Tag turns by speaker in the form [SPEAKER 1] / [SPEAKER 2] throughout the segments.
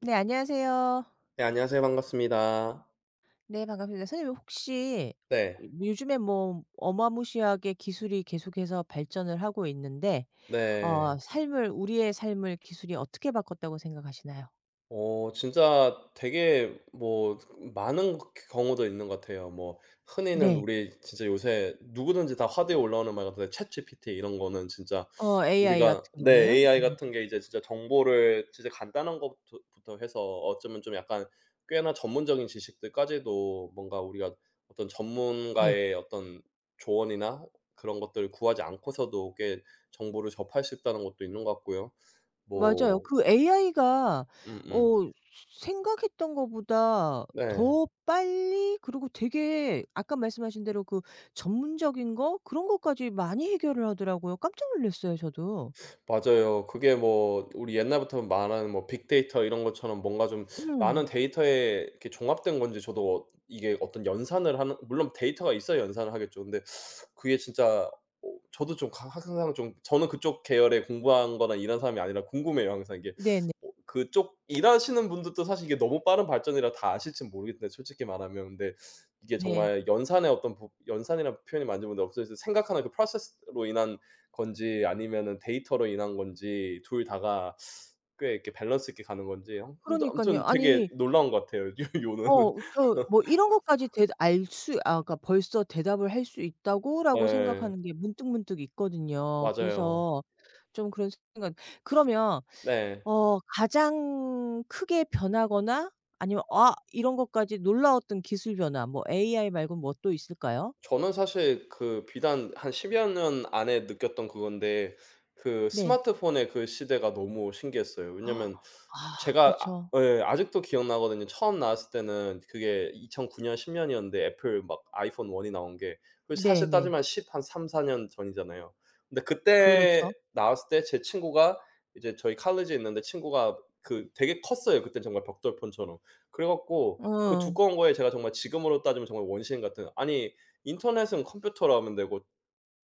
[SPEAKER 1] 네, 안녕하세요.
[SPEAKER 2] 네, 안녕하세요. 반갑습니다.
[SPEAKER 1] 네, 반갑습니다. 선생님 혹시
[SPEAKER 2] 네.
[SPEAKER 1] 뭐 요즘에 뭐 어마무시하게 기술이 계속해서 발전을 하고 있는데 어
[SPEAKER 2] 네.
[SPEAKER 1] 삶을 우리의 삶을 기술이 어떻게 바꿨다고 생각하시나요?
[SPEAKER 2] 진짜 되게 뭐 많은 경우도 있는 것 같아요. 뭐 흔히는
[SPEAKER 1] 네.
[SPEAKER 2] 우리 진짜 요새 누구든지 다 화두에 올라오는 말 같은데 챗GPT 이런 거는 진짜
[SPEAKER 1] AI 같은
[SPEAKER 2] 우리가, 네,
[SPEAKER 1] 기능.
[SPEAKER 2] AI
[SPEAKER 1] 음.
[SPEAKER 2] 같은 게 이제 진짜 정보를 진짜 간단한 것부터 부터 해서 어쩌면 좀 약간 꽤나 전문적인 지식들까지도 뭔가 우리가 어떤
[SPEAKER 1] 네.
[SPEAKER 2] 전문가의 어떤 조언이나 그런 것들을 구하지 않고서도 꽤 정보를 접할 수 있다는 것도 있는 것 같고요.
[SPEAKER 1] 맞아요.
[SPEAKER 2] 뭐.
[SPEAKER 1] 그 AI가 어
[SPEAKER 2] 음음.
[SPEAKER 1] 생각했던 것보다
[SPEAKER 2] 네.
[SPEAKER 1] 더 빨리, 그리고 되게 아까 말씀하신 대로 그 전문적인 거 그런 것까지 많이 해결을 하더라고요. 깜짝 놀랐어요, 저도.
[SPEAKER 2] 맞아요. 그게 뭐 우리 옛날부터 말하는 뭐 빅데이터 이런 것처럼 뭔가 좀 많은
[SPEAKER 1] 음.
[SPEAKER 2] 데이터에 이렇게 종합된 건지, 저도 이게 어떤 연산을 하는, 물론 데이터가 있어야 연산을 하겠죠. 근데 그게 진짜, 저도 좀 가 항상 좀, 저는 그쪽 계열에 공부한 거나 일한 사람이 아니라 궁금해요 항상 이게.
[SPEAKER 1] 네네.
[SPEAKER 2] 그쪽 일하시는 분들도 사실 이게 너무 빠른 발전이라 다 아실진 모르겠는데, 솔직히 말하면. 근데 이게
[SPEAKER 1] 네.
[SPEAKER 2] 정말 연산의 어떤 부 연산이라는 표현이 맞는지 모르는데, 어쨌든 생각하는 그 프로세스로 인한 건지 아니면은 데이터로 인한 건지 둘 다가 꽤 이렇게 밸런스 있게 가는 건지, 근데
[SPEAKER 1] 그러니깐요.
[SPEAKER 2] 아무튼 되게
[SPEAKER 1] 아니,
[SPEAKER 2] 놀라운 것 같아요. 요 요는.
[SPEAKER 1] 저 뭐 이런 것까지 대 알 수 아 그러니까 벌써 대답을 할 수 있다고라고
[SPEAKER 2] 예.
[SPEAKER 1] 생각하는 게 문득문득 있거든요.
[SPEAKER 2] 맞아요.
[SPEAKER 1] 그래서 좀 그런 생각, 그러면
[SPEAKER 2] 네.
[SPEAKER 1] 가장 크게 변하거나 아니면 이런 것까지 놀라웠던 기술 변화, 뭐 AI 말고 뭐 또 있을까요?
[SPEAKER 2] 저는 사실 그 비단 한 10여 년 안에 느꼈던 그건데, 그
[SPEAKER 1] 네.
[SPEAKER 2] 스마트폰의 그 시대가 너무 신기했어요. 왜냐면
[SPEAKER 1] 아,
[SPEAKER 2] 제가,
[SPEAKER 1] 그렇죠.
[SPEAKER 2] 예 아직도 기억나거든요. 처음 나왔을 때는 그게 2009년 10 년이었는데, 애플 막 아이폰 원이 나온 게 그 사실
[SPEAKER 1] 네네.
[SPEAKER 2] 따지면 10 한 3-4년 전이잖아요. 근데 그때
[SPEAKER 1] 그렇죠.
[SPEAKER 2] 나왔을 때 제 친구가, 이제 저희 칼리지에 있는데, 친구가 그 되게 컸어요 그때, 정말 벽돌폰처럼. 그래 갖고 그
[SPEAKER 1] 어.
[SPEAKER 2] 두꺼운 거에, 제가 정말 지금으로 따지면 정말 원시인 같은, 아니, 인터넷은 컴퓨터로 하면 되고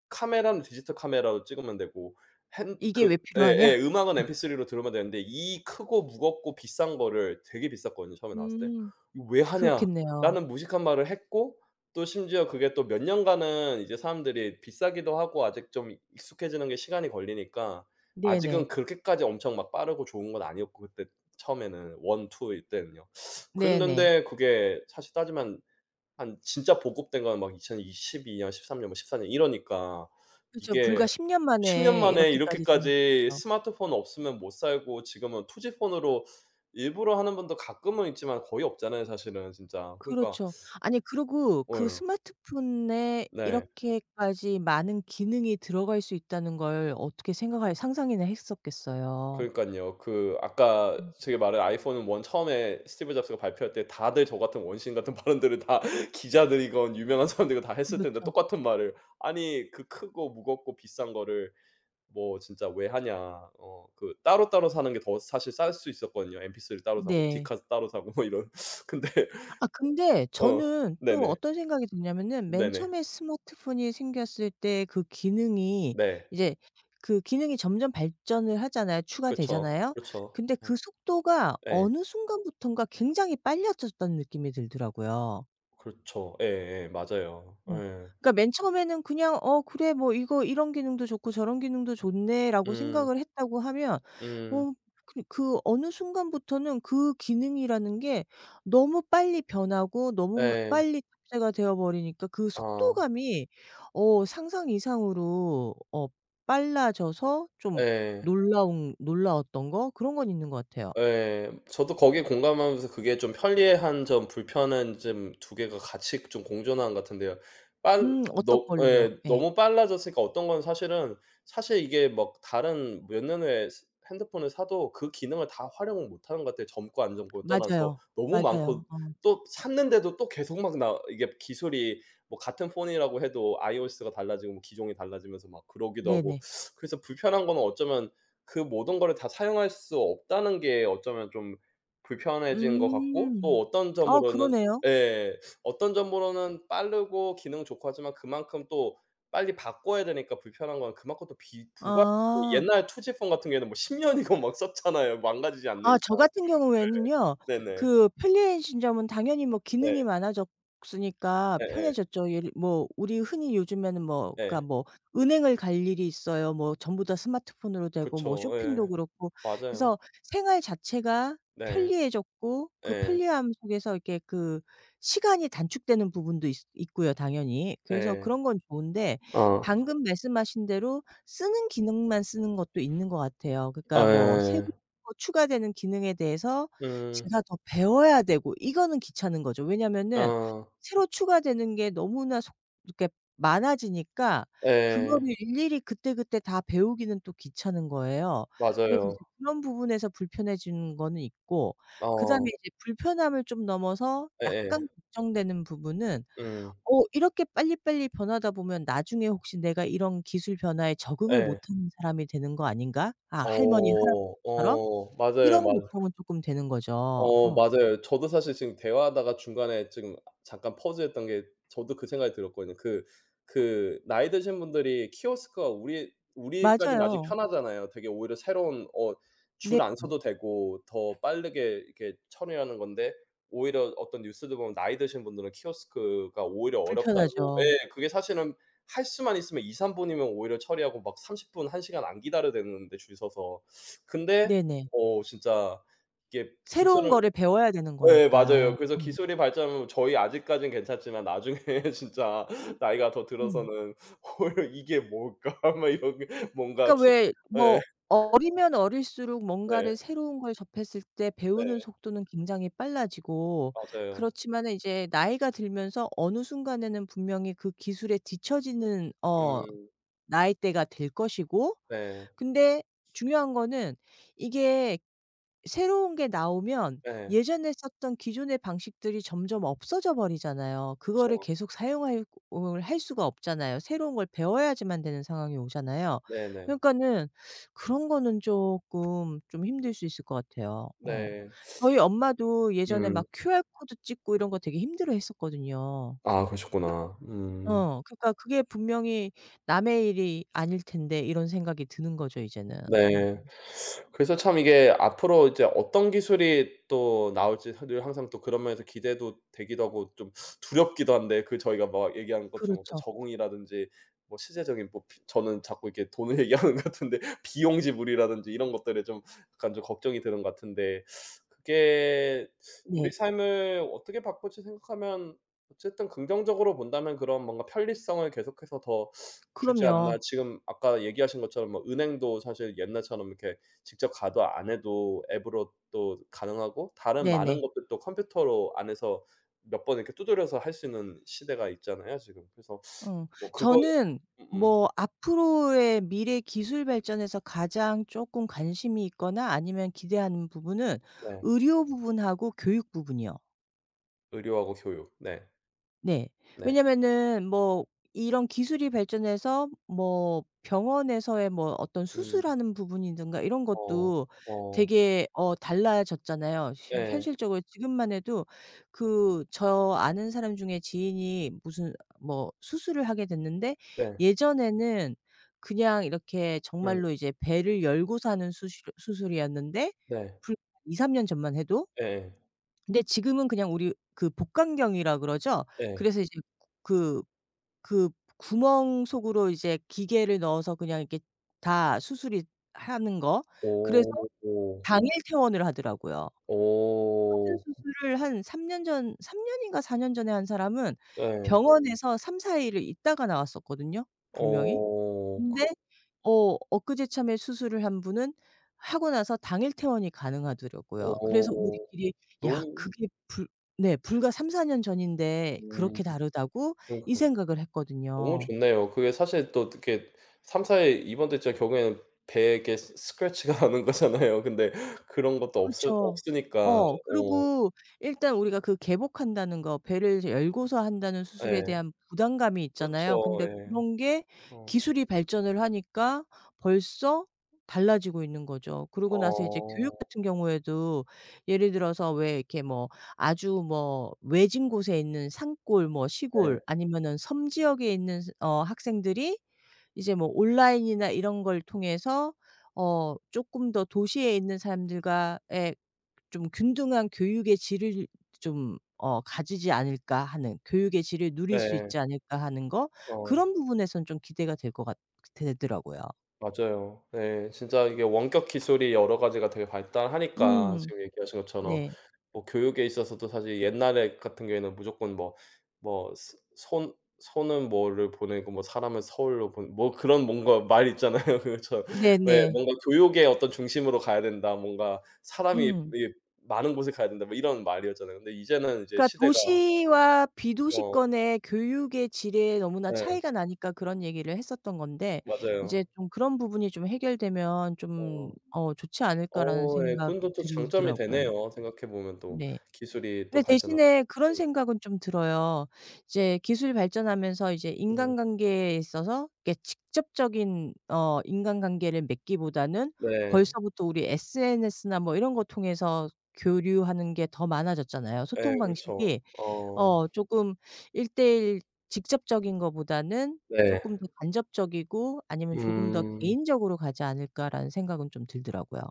[SPEAKER 2] 카메라는 디지털 카메라로 찍으면 되고 핸
[SPEAKER 1] '이게
[SPEAKER 2] 그
[SPEAKER 1] 왜 필요하냐?'
[SPEAKER 2] 예예 음악은 MP3로 들으면 되는데, 이 크고 무겁고 비싼 거를, 되게 비쌌거든요 처음에 나왔을 때.
[SPEAKER 1] 음.
[SPEAKER 2] '이거 왜
[SPEAKER 1] 그렇겠네요.
[SPEAKER 2] 하냐.'라는 무식한 말을 했고, 또 심지어 그게 또 몇 년간은 이제 사람들이 비싸기도 하고 아직 좀 익숙해지는 게 시간이 걸리니까 아직은
[SPEAKER 1] 네네.
[SPEAKER 2] 그렇게까지 엄청 막 빠르고 좋은 건 아니었고, 그때 처음에는 원 투 일 때는요.
[SPEAKER 1] 네네.
[SPEAKER 2] 그랬는데 그게 사실 따지면 한 진짜 보급된 거는 막 2022년 13 년 뭐 14년 이러니까
[SPEAKER 1] 그죠.
[SPEAKER 2] 이게
[SPEAKER 1] 불과 10년
[SPEAKER 2] 10년
[SPEAKER 1] 만에
[SPEAKER 2] 만에
[SPEAKER 1] 이렇게까지 된
[SPEAKER 2] 이렇게까지
[SPEAKER 1] 거죠.
[SPEAKER 2] 스마트폰 없으면 못 살고, 지금은 투지폰으로 일부러 하는 분도 가끔은 있지만 거의 없잖아요 사실은 진짜. 그러니까.
[SPEAKER 1] 그렇죠. 아니, 그리고 그
[SPEAKER 2] 예.
[SPEAKER 1] 스마트폰에
[SPEAKER 2] 네.
[SPEAKER 1] 이렇게까지 많은 기능이 들어갈 수 있다는 걸 어떻게 생각할 상상이나 했었겠어요.
[SPEAKER 2] 그러니깐요. 그 아까
[SPEAKER 1] 음.
[SPEAKER 2] 제가 말한 아이폰 1 처음에 스티브 잡스가 발표할 때, 다들 저 같은 원신 같은 발언들을, 다 기자들이건 유명한 사람들이건 다 했을 텐데
[SPEAKER 1] 그렇죠.
[SPEAKER 2] 똑같은 말을. 아니 그 크고 무겁고 비싼 거를 뭐 진짜 왜 하냐. 그 따로따로 사는 게 더 사실 쌀 수 있었거든요. 엔피스를 따로 사고,
[SPEAKER 1] 네.
[SPEAKER 2] 디카 따로 사고, 뭐 이런. 근데.
[SPEAKER 1] 아, 근데
[SPEAKER 2] 어.
[SPEAKER 1] 저는 또
[SPEAKER 2] 네네.
[SPEAKER 1] 어떤 생각이 드냐면은, 맨
[SPEAKER 2] 네네.
[SPEAKER 1] 처음에 스마트폰이 생겼을 때 그 기능이
[SPEAKER 2] 네.
[SPEAKER 1] 이제 그 기능이 점점 발전을 하잖아요.
[SPEAKER 2] 그렇죠,
[SPEAKER 1] 추가되잖아요.
[SPEAKER 2] 그렇죠.
[SPEAKER 1] 근데
[SPEAKER 2] 예.
[SPEAKER 1] 그 속도가
[SPEAKER 2] 예.
[SPEAKER 1] 어느 순간부턴가 굉장히 빨라졌다는 느낌이 들더라고요.
[SPEAKER 2] 그렇죠. 예예. 맞아요.
[SPEAKER 1] 어.
[SPEAKER 2] 예.
[SPEAKER 1] 그러니까 맨 처음에는 그냥 '어 그래 뭐 이거 이런 기능도 좋고 저런 기능도 좋네.'라고
[SPEAKER 2] 음.
[SPEAKER 1] 생각을 했다고 하면,
[SPEAKER 2] 음.
[SPEAKER 1] 어 어느 순간부터는 그 기능이라는 게 너무 빨리 변하고, 너무 마
[SPEAKER 2] 네.
[SPEAKER 1] 빨리 탑재가 되어 버리니까, 그
[SPEAKER 2] 아.
[SPEAKER 1] 속도감이 상상 이상으로 빨라져서 좀
[SPEAKER 2] 예.
[SPEAKER 1] 놀라운 놀라웠던 거 그런 건 있는 것 같아요.
[SPEAKER 2] 예. 저도 거기에 공감하면서, 그게 좀 편리한 점, 불편한 점, 두 개가 같이 좀 공존하는 것 같은데요. 빨
[SPEAKER 1] 어떤
[SPEAKER 2] 너
[SPEAKER 1] 걸요?
[SPEAKER 2] 예.
[SPEAKER 1] 예.
[SPEAKER 2] 너무 빨라졌으니까 어떤 건 사실은, 사실 이게 막 다른 몇 년 후에 스 핸드폰을 사도 그 기능을 다 활용을 못하는 것 같아요. 젊고 안 젊고를 떠나서
[SPEAKER 1] 맞아요.
[SPEAKER 2] 너무 많고,
[SPEAKER 1] 맞아요. 어.
[SPEAKER 2] 또 샀는데도 또 계속 막, 나 이게 기술이 뭐 같은 폰이라고 해도 iOS가 달라지고 뭐 기종이 달라지면서 막 그러기도 하고.
[SPEAKER 1] 네네.
[SPEAKER 2] 그래서 불편한 거는 어쩌면 그 모든 거를 다 사용할 수 없다는 게 어쩌면 좀 불편해진 것 같고, 또
[SPEAKER 1] 음.
[SPEAKER 2] 어떤
[SPEAKER 1] 아,
[SPEAKER 2] 점으로는.
[SPEAKER 1] 그러네요.
[SPEAKER 2] 예. 어떤 점으로는 빠르고 기능 좋고 하지만 그만큼 또 빨리 바꿔야 되니까 불편한 건 그만큼 또 비 부가.
[SPEAKER 1] 아.
[SPEAKER 2] 옛날 투 g 폰 같은 경우에는 뭐 10 년이고 막 썼잖아요, 망가지지 않는
[SPEAKER 1] 아,
[SPEAKER 2] 이상.
[SPEAKER 1] 저 같은 경우에는요.
[SPEAKER 2] 네네.
[SPEAKER 1] 그 편리해진점은 당연히 뭐
[SPEAKER 2] 네.
[SPEAKER 1] 기능이 많아졌으니까
[SPEAKER 2] 예예. 예.
[SPEAKER 1] 편해졌죠. 예를 뭐 우리 흔히 요즘에는 뭐 그러니까
[SPEAKER 2] 예.
[SPEAKER 1] 뭐 은행을 갈 일이 있어요. 뭐 전부 다 스마트폰으로 되고 뭐
[SPEAKER 2] 그쵸.
[SPEAKER 1] 쇼핑도
[SPEAKER 2] 예.
[SPEAKER 1] 그렇고.
[SPEAKER 2] 맞아요.
[SPEAKER 1] 그래서 생활 자체가
[SPEAKER 2] 네.
[SPEAKER 1] 편리해졌고, 그
[SPEAKER 2] 예.
[SPEAKER 1] 편리함 속에서 이렇게 그 시간이 단축되는 부분도 있 있고요 당연히. 그래서
[SPEAKER 2] 예.
[SPEAKER 1] 그런 건 좋은데,
[SPEAKER 2] 어.
[SPEAKER 1] 방금 말씀하신 대로 쓰는 기능만 쓰는 것도 있는 것 같아요. 그러니까 뭐 새로
[SPEAKER 2] 예.
[SPEAKER 1] 더 추가되는 기능에 대해서
[SPEAKER 2] 음.
[SPEAKER 1] 제가 더 배워야 되고, 이거는 귀찮은 거죠. 왜냐면은
[SPEAKER 2] 어.
[SPEAKER 1] 새로 추가되는 게 너무나 속 이렇게 많아지니까,
[SPEAKER 2] 예.
[SPEAKER 1] 그거를 일일이 그때그때 다 배우기는 또 귀찮은 거예요. 그래서
[SPEAKER 2] 맞아요.
[SPEAKER 1] 이제 그런 부분에서 불편해지는 거는 있고, 그다음에
[SPEAKER 2] 어.
[SPEAKER 1] 이제 불편함을 좀 넘어서
[SPEAKER 2] 예예.
[SPEAKER 1] 약간 걱정되는 부분은,
[SPEAKER 2] 음.
[SPEAKER 1] 이렇게 빨리빨리 변하다 보면 나중에 혹시 내가 이런 기술 변화에 적응을
[SPEAKER 2] 예.
[SPEAKER 1] 못하는 사람이 되는 거 아닌가? 아, 할머니,
[SPEAKER 2] 어.
[SPEAKER 1] 할아버지처럼?
[SPEAKER 2] 어. 맞아요,
[SPEAKER 1] 이런
[SPEAKER 2] 맞아요.
[SPEAKER 1] 걱정은 쪼끔 되는 거죠.
[SPEAKER 2] 맞아요. 저도 사실 지금 대화하다가 중간에 지금 잠깐 퍼즈했던 게, 저도 그 생각이 들었거든요. 그 나이 드신 분들이 키오스크가, 우리까지는 아직
[SPEAKER 1] 맞아요.
[SPEAKER 2] 편하잖아요. 되게 오히려 새로운, 어,
[SPEAKER 1] 네,
[SPEAKER 2] 줄 안 서도 되고 더 빠르게 이렇게 처리하는 건데, 오히려 어떤 뉴스도 보면 나이 드신 분들은 키오스크가 오히려 어렵다고.
[SPEAKER 1] 불편하죠.
[SPEAKER 2] 예 그게 사실은 할 수만 있으면 2-3 분이면 오히려 처리하고, 막 30 분, 1 시간 안 기다려야 되는데, 줄 서서. 근데
[SPEAKER 1] 네네.
[SPEAKER 2] 진짜 이게
[SPEAKER 1] 새로운
[SPEAKER 2] 기술은.
[SPEAKER 1] 거를 배워야 되는
[SPEAKER 2] 예 맞아요.
[SPEAKER 1] 거니까.
[SPEAKER 2] 그래서
[SPEAKER 1] 어. 음.
[SPEAKER 2] 기술이 발전하면 저희 아직까진 괜찮지만, 나중에 진짜 나이가 더
[SPEAKER 1] 음.
[SPEAKER 2] 들어서는 '헐 이게 뭘까?' 막 이런 게 뭔가
[SPEAKER 1] 그러니까
[SPEAKER 2] 키.
[SPEAKER 1] 왜
[SPEAKER 2] 예.
[SPEAKER 1] 뭐 어리면 어릴수록
[SPEAKER 2] 네.
[SPEAKER 1] 뭔가를 새로운 걸 접했을 때 배우는
[SPEAKER 2] 네.
[SPEAKER 1] 속도는 굉장히 빨라지고,
[SPEAKER 2] 맞아요.
[SPEAKER 1] 그렇지만은 이제 나이가 들면서 어느 순간에는 분명히 그 기술에 뒤처지는
[SPEAKER 2] 음.
[SPEAKER 1] 나이대가 될 것이고,
[SPEAKER 2] 네.
[SPEAKER 1] 근데 중요한 거는 이게 새로운 게 나오면
[SPEAKER 2] 네.
[SPEAKER 1] 예전에 썼던 기존의 방식들이 점점 없어져 버리잖아요. 그거를
[SPEAKER 2] 그쵸.
[SPEAKER 1] 계속 사용할 을 할 수가 없잖아요. 새로운 걸 배워야지만 되는 상황이 오잖아요.
[SPEAKER 2] 네네.
[SPEAKER 1] 그러니까는 그런 거는 쪼끔 좀 힘들 수 있을 것 같아요. 어.
[SPEAKER 2] 네.
[SPEAKER 1] 저희 엄마도 예전에
[SPEAKER 2] 음.
[SPEAKER 1] 막 QR 코드 찍고 이런 거 되게 힘들어했었거든요.
[SPEAKER 2] 아, 그러셨구나. 음.
[SPEAKER 1] 어. 그러니까 그게 분명히 남의 일이 아닐 텐데, 이런 생각이 드는 거죠 이제는. 음.
[SPEAKER 2] 네. 그래서 참 이게 앞으로 이제 어떤 기술이 또 나올지, 사 늘 항상 또 그런 면에서 기대도 되기도 하고, 좀 두렵기도 한데, 그 저희가 막 얘기한 것처럼 어떤
[SPEAKER 1] 그렇죠.
[SPEAKER 2] 적응이라든지, 뭐 실제적인 뭐 비 저는 자꾸 이렇게 돈을 얘기하는 것 같은데, 비용 지불이라든지 이런 것들에 좀 약간 좀 걱정이 드는 것 같은데, 그게 우리
[SPEAKER 1] 네.
[SPEAKER 2] 삶을 어떻게 바꿀지 생각하면 어쨌든 긍정적으로 본다면 그런 뭔가 편리성을 계속해서 더 주지 않나.
[SPEAKER 1] 그럼요.
[SPEAKER 2] 지금 아까 얘기하신 것처럼 뭐 은행도 사실 옛날처럼 이렇게 직접 가도, 안 해도 앱으로 또 가능하고, 다른 많은
[SPEAKER 1] 네네.
[SPEAKER 2] 것들 또 컴퓨터로 안에서 몇 번 이렇게 두드려서 할 수 있는 시대가 있잖아요 지금. 그래서
[SPEAKER 1] 어.
[SPEAKER 2] 뭐 그거.
[SPEAKER 1] 저는
[SPEAKER 2] 음음.
[SPEAKER 1] 뭐 앞으로의 미래 기술 발전에서 가장 쪼끔 관심이 있거나 아니면 기대하는 부분은
[SPEAKER 2] 네.
[SPEAKER 1] 의료 부분하고 교육 부분이요.
[SPEAKER 2] 의료하고 교육. 네.
[SPEAKER 1] 네.
[SPEAKER 2] 네.
[SPEAKER 1] 왜냐면은 뭐 이런 기술이 발전해서 뭐 병원에서의 뭐 어떤
[SPEAKER 2] 음.
[SPEAKER 1] 수술하는 부분이든가 이런
[SPEAKER 2] 어.
[SPEAKER 1] 것도
[SPEAKER 2] 어.
[SPEAKER 1] 되게 달라졌잖아요. 현
[SPEAKER 2] 예.
[SPEAKER 1] 현실적으로 지금만 해도 그 저 아는 사람 중에 지인이 무슨 뭐 수술을 하게 됐는데,
[SPEAKER 2] 네.
[SPEAKER 1] 예전에는 그냥 이렇게
[SPEAKER 2] 음.
[SPEAKER 1] 정말로 이제 배를 열고 사는 수술이었는데,
[SPEAKER 2] 네.
[SPEAKER 1] 불2-3년 전만 해도.
[SPEAKER 2] 예예.
[SPEAKER 1] 근데 지금은 그냥 우리 그 복강경이라 그러죠.
[SPEAKER 2] 예.
[SPEAKER 1] 그래서 이제 그 그 구멍 속으로 이제 기계를 넣어서 그냥 이렇게 다 수술이 하는 거. 그래서
[SPEAKER 2] 오.
[SPEAKER 1] 당일 퇴원을 하더라고요. 같은
[SPEAKER 2] 오.
[SPEAKER 1] 수술을 한 3년 전 3 년인가 4년 전에 한 사람은
[SPEAKER 2] 예.
[SPEAKER 1] 병원에서 3-4 일을 있다가 나왔었거든요 분명히.
[SPEAKER 2] 어.
[SPEAKER 1] 근데
[SPEAKER 2] 그.
[SPEAKER 1] 엊그제 참에 수술을 한 분은 하고 나서 당일 퇴원이 가능하더라고요. 그래서
[SPEAKER 2] 어.
[SPEAKER 1] 우리끼리 "야
[SPEAKER 2] 너무.
[SPEAKER 1] 그게 불" 네, 불과 3-4년 전인데
[SPEAKER 2] 음.
[SPEAKER 1] '그렇게 다르다고?' 이
[SPEAKER 2] 그러니까
[SPEAKER 1] 생각을
[SPEAKER 2] 너무
[SPEAKER 1] 했거든요.
[SPEAKER 2] 좋네요. 그게 사실 또 이렇게 3-4이 입원됐자 경우에는 배에게 스 스크래치가 나는 거잖아요. 근데 그런 것도
[SPEAKER 1] 그렇죠.
[SPEAKER 2] 없으니까. 어.
[SPEAKER 1] 그리고 일단 우리가 그 개복한다는 거, 배를 열고서 한다는 수술에
[SPEAKER 2] 예.
[SPEAKER 1] 대한 부담감이 있잖아요.
[SPEAKER 2] 그렇죠.
[SPEAKER 1] 근데
[SPEAKER 2] 예.
[SPEAKER 1] 그런 게
[SPEAKER 2] 어.
[SPEAKER 1] 기술이 발전을 하니까 벌써 달라지고 있는 거죠. 그러고 나서 이제
[SPEAKER 2] 어.
[SPEAKER 1] 교육 같은 경우에도 예를 들어서 왜 이렇게 뭐 아주 뭐 외진 곳에 있는 산골 뭐
[SPEAKER 2] 네.
[SPEAKER 1] 시골 아니면은 섬 지역에 있는 스 어 학생들이 이제 뭐 온라인이나 이런 걸 통해서 쪼끔 더 도시에 있는 사람들과 의 좀 균등한 교육의 질을 좀 가지지 않을까 하는, 교육의 질을 누릴 수
[SPEAKER 2] 네.
[SPEAKER 1] 있지 않을까 하는 거,
[SPEAKER 2] 어.
[SPEAKER 1] 그런 부분에선 좀 기대가 될 것 같 되더라고요.
[SPEAKER 2] 맞아요. 네, 진짜 이게 원격 기술이 여러 가지가 되게 발달하니까
[SPEAKER 1] 음.
[SPEAKER 2] 지금 얘기하신 것처럼
[SPEAKER 1] 네.
[SPEAKER 2] 뭐 교육에 있어서도 사실 옛날에 같은 경우에는 무조건 뭐 스 손 손은 뭐를 보내고, 뭐 사람은 서울로 보내, 뭐 그런 뭔가 말 있잖아요. 그렇죠. 왜
[SPEAKER 1] 네네.
[SPEAKER 2] 뭔가 교육의 어떤 중심으로 가야 된다, 뭔가 사람이
[SPEAKER 1] 음.
[SPEAKER 2] 이 많은 곳에 가야 된다, 뭐 이런 말이었잖아요. 근데 이제는 이제
[SPEAKER 1] 그러니까
[SPEAKER 2] 시대가.
[SPEAKER 1] 도시와
[SPEAKER 2] 어.
[SPEAKER 1] 비도시권의 교육의 질에 너무나
[SPEAKER 2] 예.
[SPEAKER 1] 차이가 나니까 그런 얘기를 했었던 건데,
[SPEAKER 2] 맞아요.
[SPEAKER 1] 이제 좀 그런 부분이 좀 해결되면 좀
[SPEAKER 2] 어.
[SPEAKER 1] '좋지 않을까.'라는
[SPEAKER 2] 어 예.
[SPEAKER 1] 생각이
[SPEAKER 2] 그건 또 또 장점이
[SPEAKER 1] 들더라고요.
[SPEAKER 2] 되네요, 생각해 보면. 또
[SPEAKER 1] 네.
[SPEAKER 2] 기술이 또
[SPEAKER 1] 근데
[SPEAKER 2] 발전하고.
[SPEAKER 1] 대신에 그런 생각은 좀 들어요. 이제 기술이 발전하면서 이제
[SPEAKER 2] 음. 음.
[SPEAKER 1] 인간관계에 있어서 이렇게 직접적인 인간관계를 맺기보다는
[SPEAKER 2] 네.
[SPEAKER 1] 벌써부터 우리 SNS나 뭐 이런 거 통해서 교류하는 게 더 많아졌잖아요,
[SPEAKER 2] 예
[SPEAKER 1] 소통
[SPEAKER 2] 그렇죠.
[SPEAKER 1] 방식이.
[SPEAKER 2] 어
[SPEAKER 1] 조금 1대1 직접적인 거보다는
[SPEAKER 2] 네.
[SPEAKER 1] 쪼끔 더 간접적이고 아니면 조금 더
[SPEAKER 2] 음.
[SPEAKER 1] 개인적으로 가지 않을까라는 생각은 좀 들더라고요.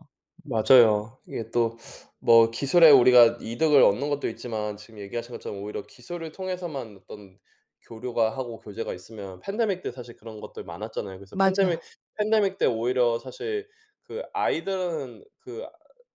[SPEAKER 1] 음.
[SPEAKER 2] 맞아요. 이게 또 뭐 기술에 우리가 이득을 얻는 것도 있지만 지금 얘기하신 것처럼 오히려 기술을 통해서만 어떤 교류가 하고 교제가 있으면, 팬데믹 때 사실 그런 것들 많았잖아요. 그래서
[SPEAKER 1] 맞아요.
[SPEAKER 2] 팬데믹 때 오히려 사실, 그 아이들은 그 아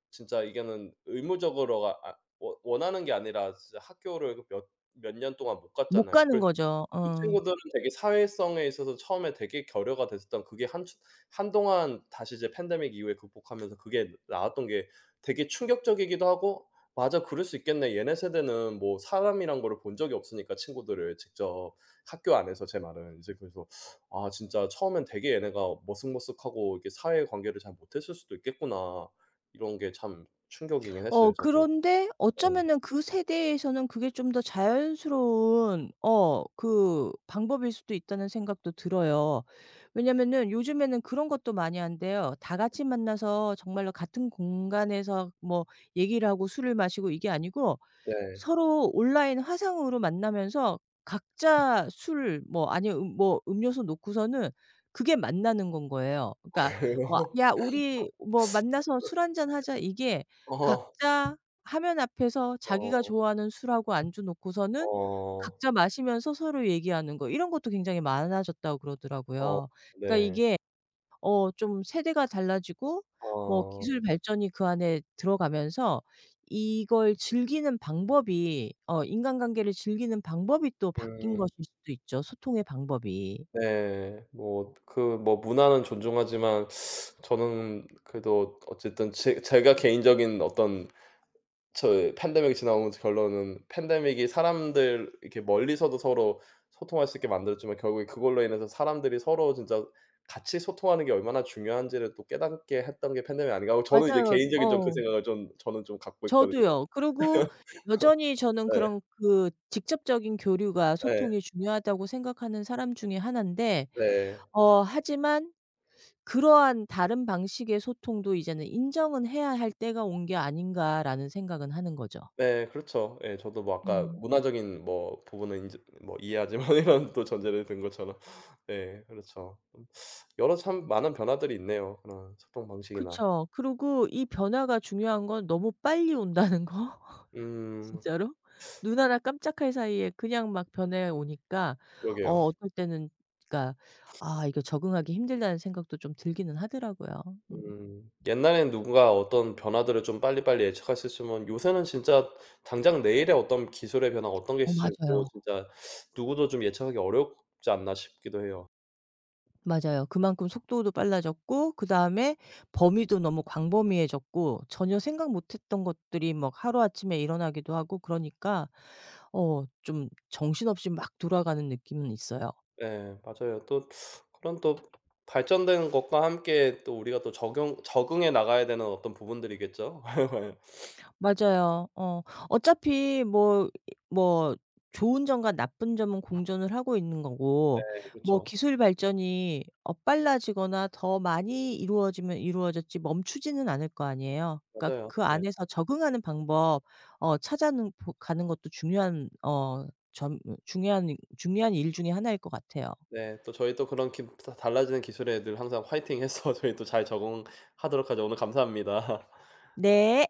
[SPEAKER 2] 진짜 이거는 의무적으로가 아 워 원하는 게 아니라, 진짜 학교를 몇 년 동안 못
[SPEAKER 1] 못
[SPEAKER 2] 갔잖아요.
[SPEAKER 1] 가는
[SPEAKER 2] 그래.
[SPEAKER 1] 거죠.
[SPEAKER 2] 그
[SPEAKER 1] 어.
[SPEAKER 2] 친구들은 되게 사회성에 있어서 처음에 되게 결여가 됐었던 그게 한 한동안 다시 이제 팬데믹 이후에 극복하면서 그게 나왔던 게 되게 충격적이기도 하고, '맞아, 그럴 수 있겠네. 얘네 세대는 뭐 사람이란 거를 본 적이 없으니까, 친구들을 직접 학교 안에서', 제 말은. 이제 그래서 '아 진짜 처음엔 되게 얘네가 머쓱머쓱하고 이렇게 사회 관계를 잘 못했을 수도 있겠구나.' 이런 게 참 충격이긴 했어요 저도.
[SPEAKER 1] 그런데
[SPEAKER 2] 어.
[SPEAKER 1] 어쩌면은 그 세대에서는 그게 좀 더 자연스러운 그 방법일 수도 있다는 생각도 들어요. 왜냐면은 요즘에는 그런 것도 많이 한대요. 다 같이 만나서 정말로 같은 공간에서 뭐 얘기를 하고 술을 마시고 이게 아니고,
[SPEAKER 2] 네.
[SPEAKER 1] 서로 온라인 화상으로 만나면서 각자 술, 뭐 아니면 뭐 음료수 놓고서는, 그게 만나는 건 거예요. 그러니까 뭐
[SPEAKER 2] 그래요?
[SPEAKER 1] "야 우리 뭐 만나서 술 한잔 하자." 이게
[SPEAKER 2] 어.
[SPEAKER 1] 각자 화면 앞에서 자기가
[SPEAKER 2] 어.
[SPEAKER 1] 좋아하는 술하고 안주 놓고서는
[SPEAKER 2] 어.
[SPEAKER 1] 각자 마시면서 서로 얘기하는 거, 이런 것도 굉장히 많아졌다고
[SPEAKER 2] 어
[SPEAKER 1] 그러더라고요. 그러니까
[SPEAKER 2] 네.
[SPEAKER 1] 이게 좀 세대가 달라지고, 뭐 기술
[SPEAKER 2] 어.
[SPEAKER 1] 발전이 그 안에 들어가면서 이걸 즐기는 방법이 인간관계를 즐기는 방법이 또 바뀐
[SPEAKER 2] 음.
[SPEAKER 1] 것일 수도 있죠, 소통의 방법이.
[SPEAKER 2] 네. 뭐 그 뭐 문화는 존중하지만, 저는 그래도 어쨌든 제 제가 개인적인 어떤, 저의 팬데믹이 지나오면서 결론은, 팬데믹이 사람들 이렇게 멀리서도 서로 소통할 수 있게 만들었지만 결국에 그걸로 인해서 사람들이 서로 진짜 같이 소통하는 게 얼마나 중요한지를 또 깨닫게 했던 게 팬데믹 아닌가 하고, 저는 이제
[SPEAKER 1] 맞아요.
[SPEAKER 2] 개인적인 좀 그 생각을 좀 갖고 있거든요.
[SPEAKER 1] 저도요. 그리고 여전히 저는
[SPEAKER 2] 네.
[SPEAKER 1] 그런 그 직접적인 교류가
[SPEAKER 2] 네
[SPEAKER 1] 소통이 중요하다고 생각하는 사람 중에 하나인데,
[SPEAKER 2] 네.
[SPEAKER 1] 하지만 그러한 다른 방식의 소통도 이제는 인정은 해야 할 때가 온 게 아닌가라는 생각은 하는 거죠.
[SPEAKER 2] 네 그렇죠. 예 저도 뭐 아까
[SPEAKER 1] 음.
[SPEAKER 2] 문화적인 뭐 부분은 인제 뭐 이해하지만 이런 또 전제를 든 것처럼. 네 그렇죠. 음. 여러 참
[SPEAKER 1] 음.
[SPEAKER 2] 많은 변화들이 있네요, 그런 소통 방식이나.
[SPEAKER 1] 그쵸. 그리고 이 변화가 중요한 건 너무 빨리 온다는 거.
[SPEAKER 2] 음.
[SPEAKER 1] 진짜로. 눈 하나 깜짝할 사이에 그냥 막 변해 오니까,
[SPEAKER 2] 그러게요.
[SPEAKER 1] 어떨 때는 그러니까 '아 이거 적응하기 힘들다.'는 생각도 좀 들기는 하더라고요. 음.
[SPEAKER 2] 음. 옛날에는 누군가 어떤 변화들을 좀 빨리빨리 예측할 수 있으면, 요새는 진짜 당장 내일에 어떤 기술의 변화가 어떤 게 있을지 뭐
[SPEAKER 1] 맞아요.
[SPEAKER 2] 진짜 누구도 좀 예측하기 어렵지 않나 싶기도 해요.
[SPEAKER 1] 맞아요. 그만큼 속도도 빨라졌고, 그다음에 범위도 너무 광범위해졌고, 전혀 생각 못 했던 것들이 막 하루아침에 일어나기도 하고, 그러니까 좀 정신없이 막 돌아가는 느낌은 있어요.
[SPEAKER 2] 네. 맞아요. 또 그런 또 발전된 것과 함께 또 우리가 또 적용 적응해 나가야 되는 어떤 부분들이겠죠?
[SPEAKER 1] 맞아요. 어. 어차피 뭐 이 뭐 좋은 점과 나쁜 점은 공존을 하고 있는 거고, 뭐
[SPEAKER 2] 그쵸.
[SPEAKER 1] 기술 발전이 빨라지거나 더 많이 이루어지면 이루어졌지 멈추지는 않을 거 아니에요. 그러니까
[SPEAKER 2] 맞아요.
[SPEAKER 1] 그
[SPEAKER 2] 네.
[SPEAKER 1] 안에서 적응하는 방법 찾아 가는 것도 중요한 어 점 중요한 중요한 일 중에 하나일 것 같아요.
[SPEAKER 2] 네. 또 저희 또 그런 기 달라지는 기술에 늘 항상 화이팅해서 저희 또 잘 적응하도록 하죠. 오늘 감사합니다.
[SPEAKER 1] 네.